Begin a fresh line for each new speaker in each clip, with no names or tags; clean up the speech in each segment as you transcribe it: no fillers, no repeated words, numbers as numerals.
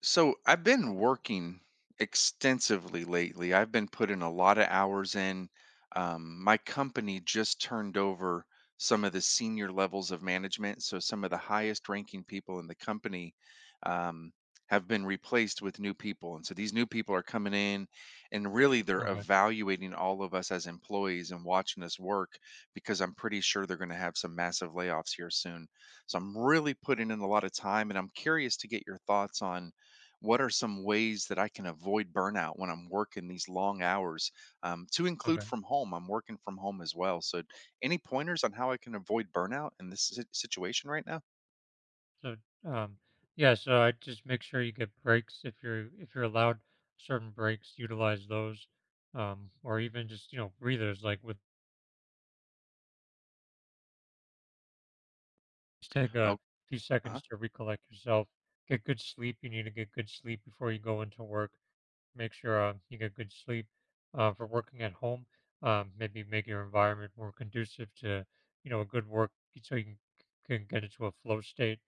So I've been working extensively lately. I've been putting a lot of hours in. My company just turned over some of the senior levels of management. So some of the highest ranking people in the company um, have been replaced with new people. And so these new people are coming in and really they're
Okay.
evaluating all of us as employees and watching us work because I'm pretty sure they're going to have some massive layoffs here soon. So I'm really putting in a lot of time and I'm curious to get your thoughts on what are some ways that I can avoid burnout when I'm working these long hours? To include
Okay.
from home, I'm working from home as well. So, any pointers on how I can avoid burnout in this situation right now?
So, um, yeah, so I just make sure you get breaks. If you're allowed certain breaks, utilize those, or even just breathers. Like with just take a
Oh,
few
uh
seconds to recollect yourself, get good sleep. You need to get good sleep before you go into work. Make sure you get good sleep. For working at home, maybe make your environment more conducive to a good work, so you can get into a flow state,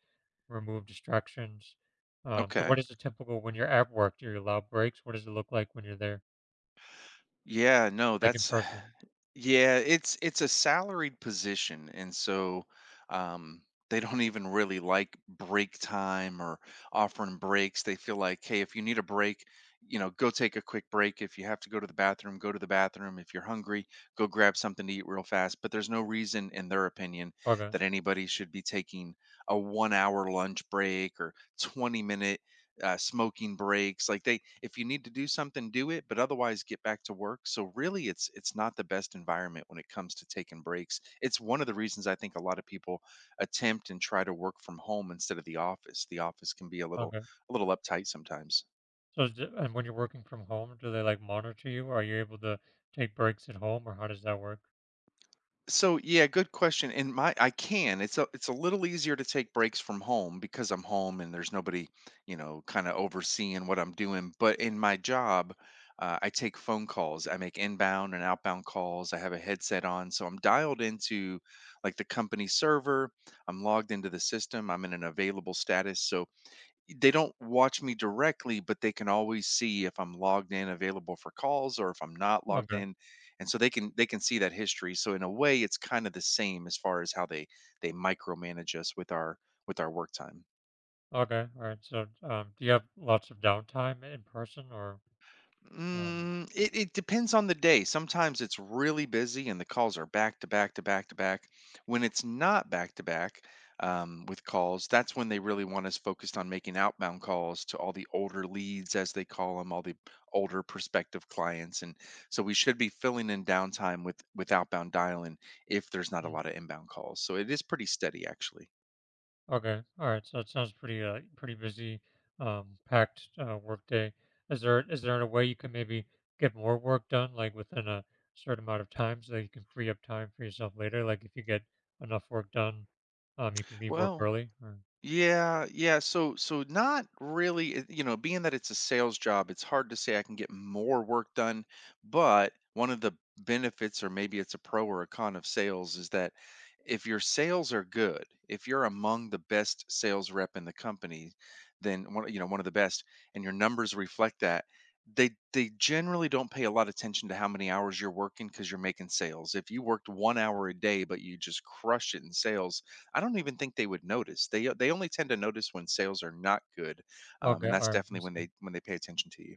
remove distractions. So what
okay.
is the typical when you're at work? Do you allow breaks? What does it look like when you're there,
Yeah, no,
like in
that's
person?
yeah, it's a salaried position, and so um, they don't even really like break time or offering breaks. They feel like, hey, if you need a break, you know, go take a quick break. If you have to go to the bathroom, go to the bathroom. If you're hungry, go grab something to eat real fast. But there's no reason, in their opinion,
Okay,
that anybody should be taking a one-hour lunch break or 20-minute smoking breaks. Like they, if you need to do something, do it, but otherwise get back to work. So really, it's not the best environment when it comes to taking breaks. It's one of the reasons I think a lot of people attempt and try to work from home instead of the office. The office can be
okay.
a little uptight sometimes.
So is it- and when you're working from home, do they like monitor you? Are you able to take breaks at home, or how does that work?
So yeah, good question. And my I can. It's a little easier to take breaks from home because I'm home and there's nobody, you know, kind of overseeing what I'm doing. But in my job, I take phone calls. I make inbound and outbound calls. I have a headset on, so I'm dialed into like the company server. I'm logged into the system. I'm in an available status. So they don't watch me directly, but they can always see if I'm logged in, available for calls, or if I'm not logged
Okay,
in, and so they can see that history. So in a way, it's kind of the same as far as how they micromanage us with our work time.
okay, all right. So do you have lots of downtime in person, or um,
Mm, it depends on the day. Sometimes it's really busy and the calls are back to back to back to back. When it's not back to back with calls, that's when they really want us focused on making outbound calls to all the older leads, as they call them, all the older prospective clients. And so we should be filling in downtime with outbound dialing if there's not a lot of inbound calls. So it is pretty steady, actually.
okay. All right. So it sounds pretty pretty busy, packed work day. Is there a way you can maybe get more work done like within a certain amount of time so that you can free up time for yourself later? Like if you get enough work done, you can leave work
Well,
early. Or
yeah, yeah. So, so not really, you know, being that it's a sales job, it's hard to say I can get more work done. But one of the benefits, or maybe it's a pro or a con of sales, is that if your sales are good, if you're among the best sales rep in the company, then one, you know, one of the best, and your numbers reflect that, they generally don't pay a lot of attention to how many hours you're working because you're making sales. If you worked 1 hour a day, but you just crush it in sales, I don't even think they would notice. They only tend to notice when sales are not good,
okay.
and
All
that's
right. I'm
definitely
saying.
when they pay attention to you.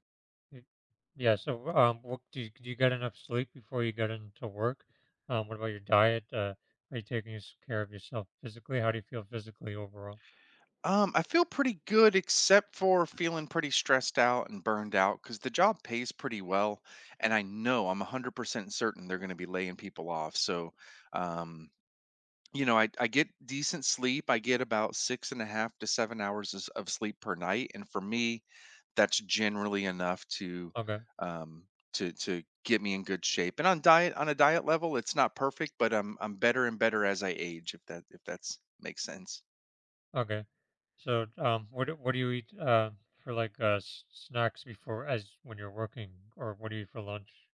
Y- Yeah. So what do you get enough sleep before you get into work? What about your diet? Are you taking care of yourself physically? How do you feel physically overall?
I feel pretty good, except for feeling pretty stressed out and burned out because the job pays pretty well, and I know I'm 100% certain they're going to be laying people off. So, um, you know, I get decent sleep. I get about six and a half to 7 hours of sleep per night, and for me, that's generally enough to
Okay.
um, to get me in good shape. And on a diet level, it's not perfect, but I'm better and better as I age. If that if that's makes sense.
Okay. What what do you eat for like snacks before as when you're working, or what do you eat for lunch?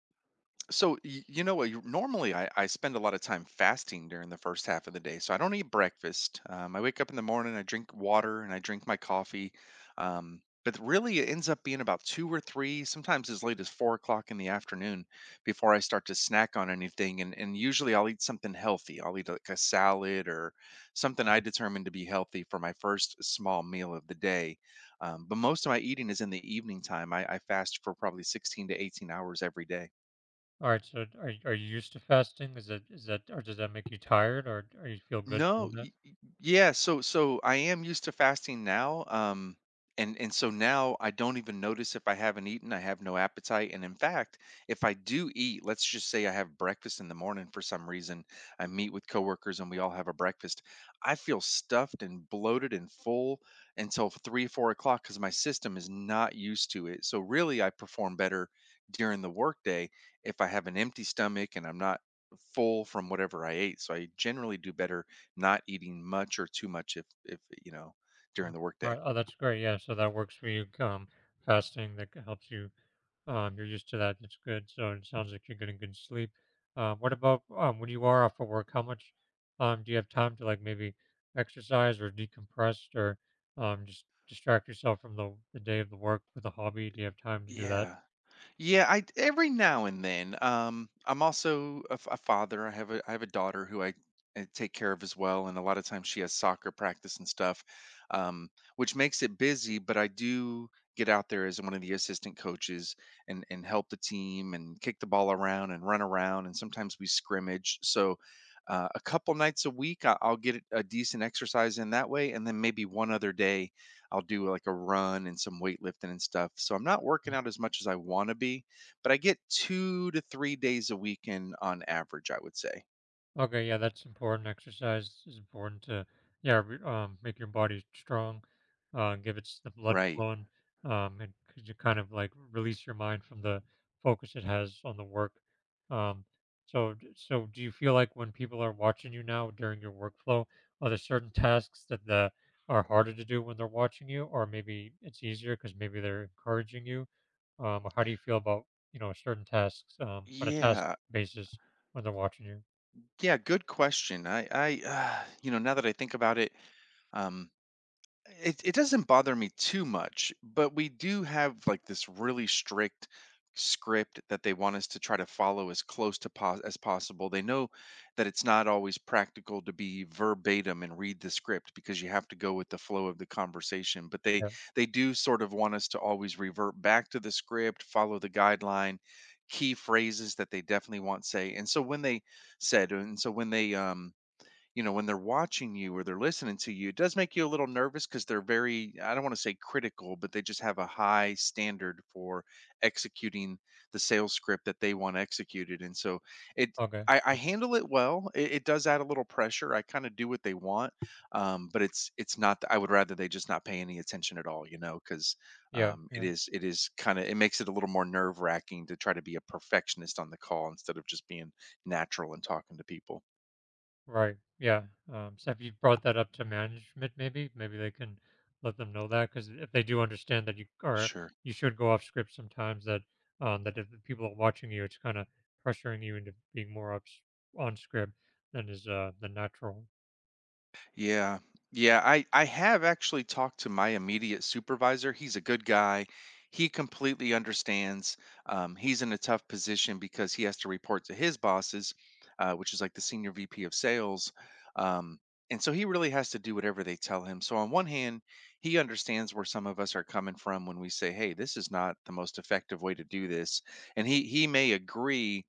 So you know what? Normally, I spend a lot of time fasting during the first half of the day, so I don't eat breakfast. I wake up in the morning, I drink water, and I drink my coffee. But really, it ends up being about two or three, sometimes as late as 4 o'clock in the afternoon, before I start to snack on anything. And usually, I'll eat something healthy. I'll eat like a salad or something I
Okay.
determine to be healthy for my first small meal of the day. But most of my eating is in the evening time. I fast for probably 16 to 18 hours every day.
All right. So, are are you used to fasting? Is that or does that make you tired, or you feel good doing
No,
that?
yeah, so I am used to fasting now, and so now I don't even notice if I haven't eaten. I have no appetite, and in fact, if I do eat, let's just say I have breakfast in the morning for some reason. I meet with coworkers and we all have a breakfast. I feel stuffed and bloated and full until three, 4 o'clock because my system is not used to it. So really, I perform better during the workday if I have an empty stomach and I'm not full from whatever I ate. So I generally do better not eating much or too much, if you know,
Mm.
during the
All
workday.
right. Oh, that's great. Yeah. So that works for you. Fasting that helps you. You're used to that. That's good. So it sounds like you're getting good sleep. What about when you are off of work? How much do you have time to like maybe exercise or decompress or just distract yourself from the day of the work with a hobby? Do you have time to do that?
Yeah. Yeah, I every now and then. I'm also a father. I have a daughter who I, take care of as well, and a lot of times she has soccer practice and stuff, um, which makes it busy. But I do get out there as one of the assistant coaches and help the team and kick the ball around and run around, and sometimes we scrimmage. So. A couple nights a week, I'll get a decent exercise in that way, and then maybe one other day I'll do like a run and some weightlifting and stuff. So I'm not working out as much as I want to be, but I get 2 to 3 days a week in on average, I would say.
Okay, yeah, that's important. Exercise is important to, yeah, make your body strong, give it the blood
Right.
flowing, and could you kind of like release your mind from the focus it has on the work. Um, so do you feel like when people are watching you now during your workflow, are there certain tasks that the are harder to do when they're watching you, or maybe it's easier because maybe they're encouraging you? Or how do you feel about, certain tasks, on a task
Yeah.
basis when they're watching you?
Yeah, good question. I, you know, now that I think about it, um, it doesn't bother me too much, but we do have, like, this really strict script that they want us to try to follow as close to pos as possible. They know that it's not always practical to be verbatim and read the script because you have to go with the flow of the conversation, but
Yeah.
they do sort of want us to always revert back to the script, follow the guideline, key phrases that they definitely want say, and so when they said and so when they, you know, when they're watching you or they're listening to you, it does make you a little nervous because they're very, I don't want to say critical, but they just have a high standard for executing the sales script that they want executed. And so it,
Okay.
I handle it well. It does add a little pressure. I kind of do what they want, but it's not. I would rather they just not pay any attention at all, you know, because
Yeah. Yeah.
it is kind of it makes it a little more nerve wracking to try to be a perfectionist on the call instead of just being natural and talking to people.
Right. Yeah. So have you brought that up to management? Maybe they can let them know that, because if they do understand that you are,
Sure.
you should go off script sometimes. That that if the people are watching you, it's kind of pressuring you into being more up on script than is the natural.
Yeah. Yeah, I have actually talked to my immediate supervisor. He's a good guy. He completely understands. He's in a tough position because he has to report to his bosses, which is like the senior VP of sales. Um, and so he really has to do whatever they tell him. So on one hand, he understands where some of us are coming from when we say, "Hey, this is not the most effective way to do this," and he may agree,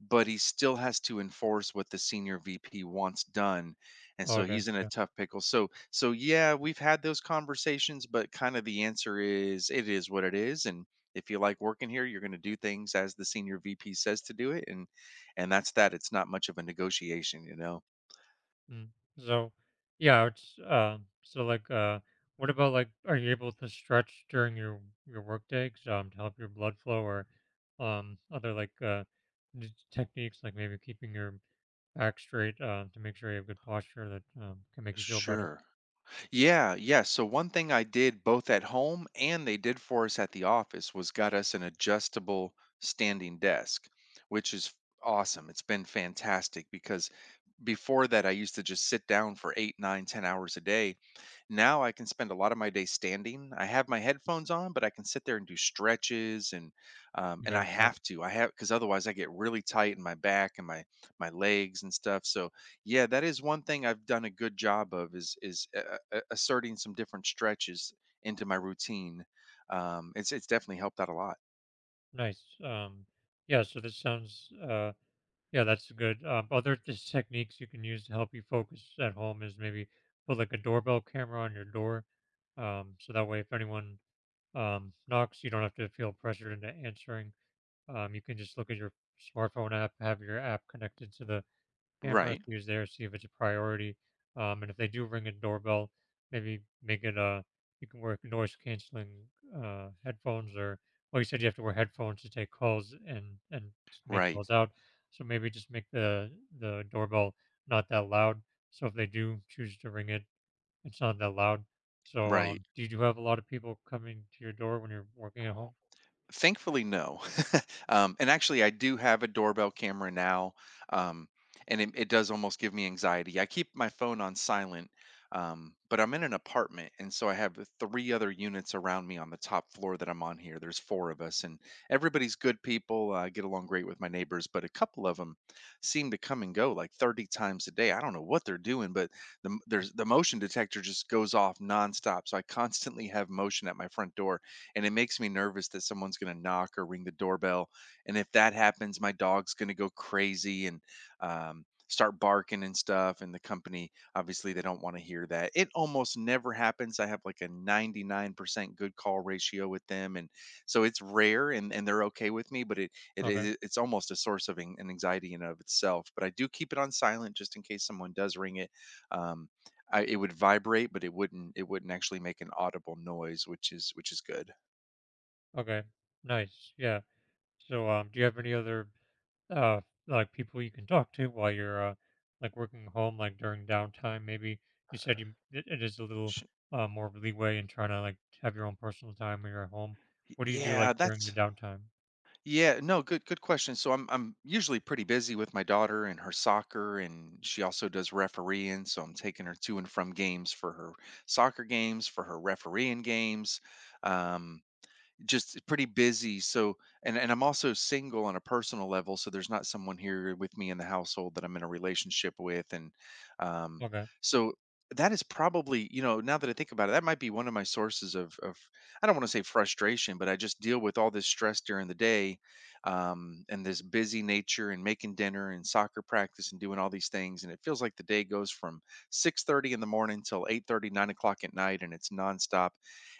but he still has to enforce what the senior VP wants done, and so
Okay.
he's in a tough pickle. So yeah, we've had those conversations, but kind of the answer is it is what it is. And if you like working here, you're going to do things as the senior VP says to do it, and that's that. It's not much of a negotiation, you know.
Mm. So, yeah, it's what about like, are you able to stretch during your workday to help your blood flow or um, other like uh, techniques like maybe keeping your back straight to make sure you have good posture that can make you feel better.
Sure. Yeah, yeah. So one thing I did both at home and they did for us at the office was got us an adjustable standing desk, which is awesome. It's been fantastic because before that I used to just sit down for 8 9 10 hours a day. Now I can spend a lot of my day standing. I have my headphones on, but I can sit there and do stretches and um, and
Okay,
i have to i have because otherwise I get really tight in my back and my legs and stuff. So yeah, that is one thing I've done a good job of is asserting some different stretches into my routine. It's definitely helped out a lot.
nice. Yeah, so this sounds yeah, that's good. Other just techniques you can use to help you focus at home is maybe put like a doorbell camera on your door. So that way, if anyone knocks. You don't have to feel pressured into answering. You can just look at your smartphone app, have your app connected to the camera, so
Right.
use there, see if it's a priority. And if they do ring a doorbell, maybe make it a you can wear noise canceling headphones or well, you said you have to wear headphones to take calls and to make
Right.
calls out. So maybe just make the doorbell not that loud. So if they do choose to ring it, it's not that loud. So,
Right.
did you have a lot of people coming to your door when you're working at home?
Thankfully, no. And actually, I do have a doorbell camera now, um, and it does almost give me anxiety. I keep my phone on silent, but I'm in an apartment, and so I have three other units around me on the top floor that I'm on here. There's four of us, and everybody's good people. I get along great with my neighbors, but a couple of them seem to come and go like 30 times a day. I don't know what they're doing, but there's the motion detector just goes off nonstop. So I constantly have motion at my front door, and it makes me nervous that someone's going to knock or ring the doorbell. And if that happens, my dog's going to go crazy and start barking and stuff. And the company, obviously, they don't want to hear that. It almost never happens. I have like a 99% good call ratio with them. And so it's rare, and they're okay with me, but it, it
Okay.
is it's almost a source of an anxiety in and of itself. But I do keep it on silent just in case someone does ring it. Um, it would vibrate, but it wouldn't. It wouldn't actually make an audible noise, which is good.
Okay. Nice. Yeah. So, do you have any other uh like people you can talk to while you're like working home, like during downtime? Maybe you said you it, it is a little
Sh—
more leeway in trying to like have your own personal time when you're at home. What do you do like
Yeah,
during your
that's
downtime?
yeah, no, Good question. So I'm usually pretty busy with my daughter and her soccer, and she also does refereeing, so I'm taking her to and from games for her soccer games, for her refereeing games. Um just pretty busy. So, and I'm also single on a personal level, so there's not someone here with me in the household that I'm in a relationship with, and um,
Okay.
so that is probably, you know, now that I think about it, that might be one of my sources of I don't want to say frustration, but I just deal with all this stress during the day, and this busy nature, and making dinner, and soccer practice, and doing all these things, and it feels like the day goes from 6:30 in the morning till 8:30, 9 o'clock at night, and it's nonstop.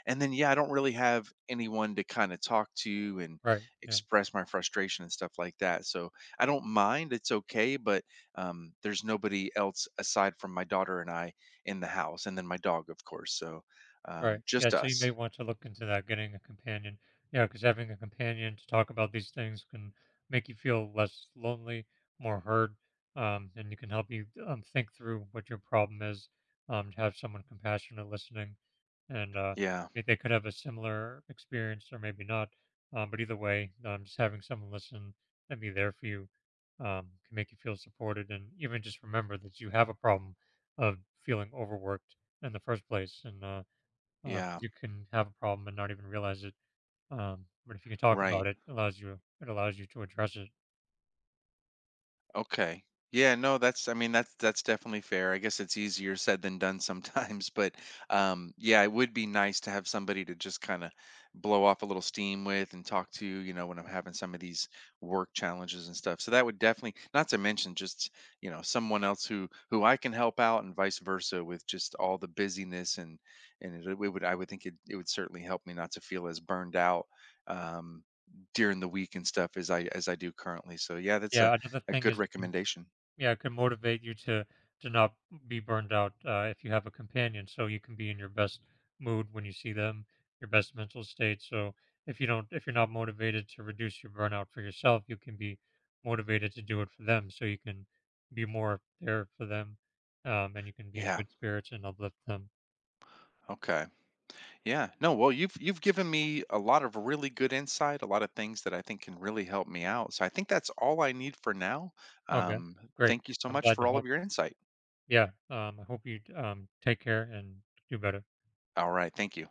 And then yeah, I don't really have anyone to kind of talk to and
Right. Yeah.
express my frustration and stuff like that. So I don't mind. It's okay. But there's nobody else aside from my daughter and I in the house. And then my dog, of course. So
Right. Yeah.
just
So you may
us.
want to look into that, getting a companion. Yeah, because having a companion to talk about these things can make you feel less lonely, more heard, and you can help you think through what your problem is. To have someone compassionate listening, and
Yeah.
they could have a similar experience or maybe not. But either way, just having someone listen and be there for you can make you feel supported, and even just remember that you have a problem of feeling overworked in the first place, and 'cause
Yeah.
you can have a problem and not even realize it. But if you can talk
Right.
about it, it allows you to address it.
Okay. Yeah, no, that's I mean that's definitely fair. I guess it's easier said than done sometimes, but yeah, it would be nice to have somebody to just kind of blow off a little steam with and talk to, you know, when I'm having some of these work challenges and stuff. So that would definitely — not to mention just, you know, someone else who I can help out and vice versa with just all the busyness and it would I would think it would certainly help me not to feel as burned out um during the week and stuff as I do currently. So yeah, that's
Yeah, another
a
thing
good
is it can
recommendation.
yeah, it can motivate you to not be burned out if you have a companion, so you can be in your best mood when you see them, your best mental state. So if you don't if you're not motivated to reduce your burnout for yourself, you can be motivated to do it for them, so you can be more there for them, and you can be in
Yeah.
good spirits and uplift them.
Okay. Yeah. No, well, you've given me a lot of really good insight, a lot of things that I think can really help me out. So I think that's all I need for now.
Okay,
Um,
great.
thank you so
I'm
much
glad to
for all of
help.
your insight.
Yeah. I hope you take care and do better.
All right. Thank you.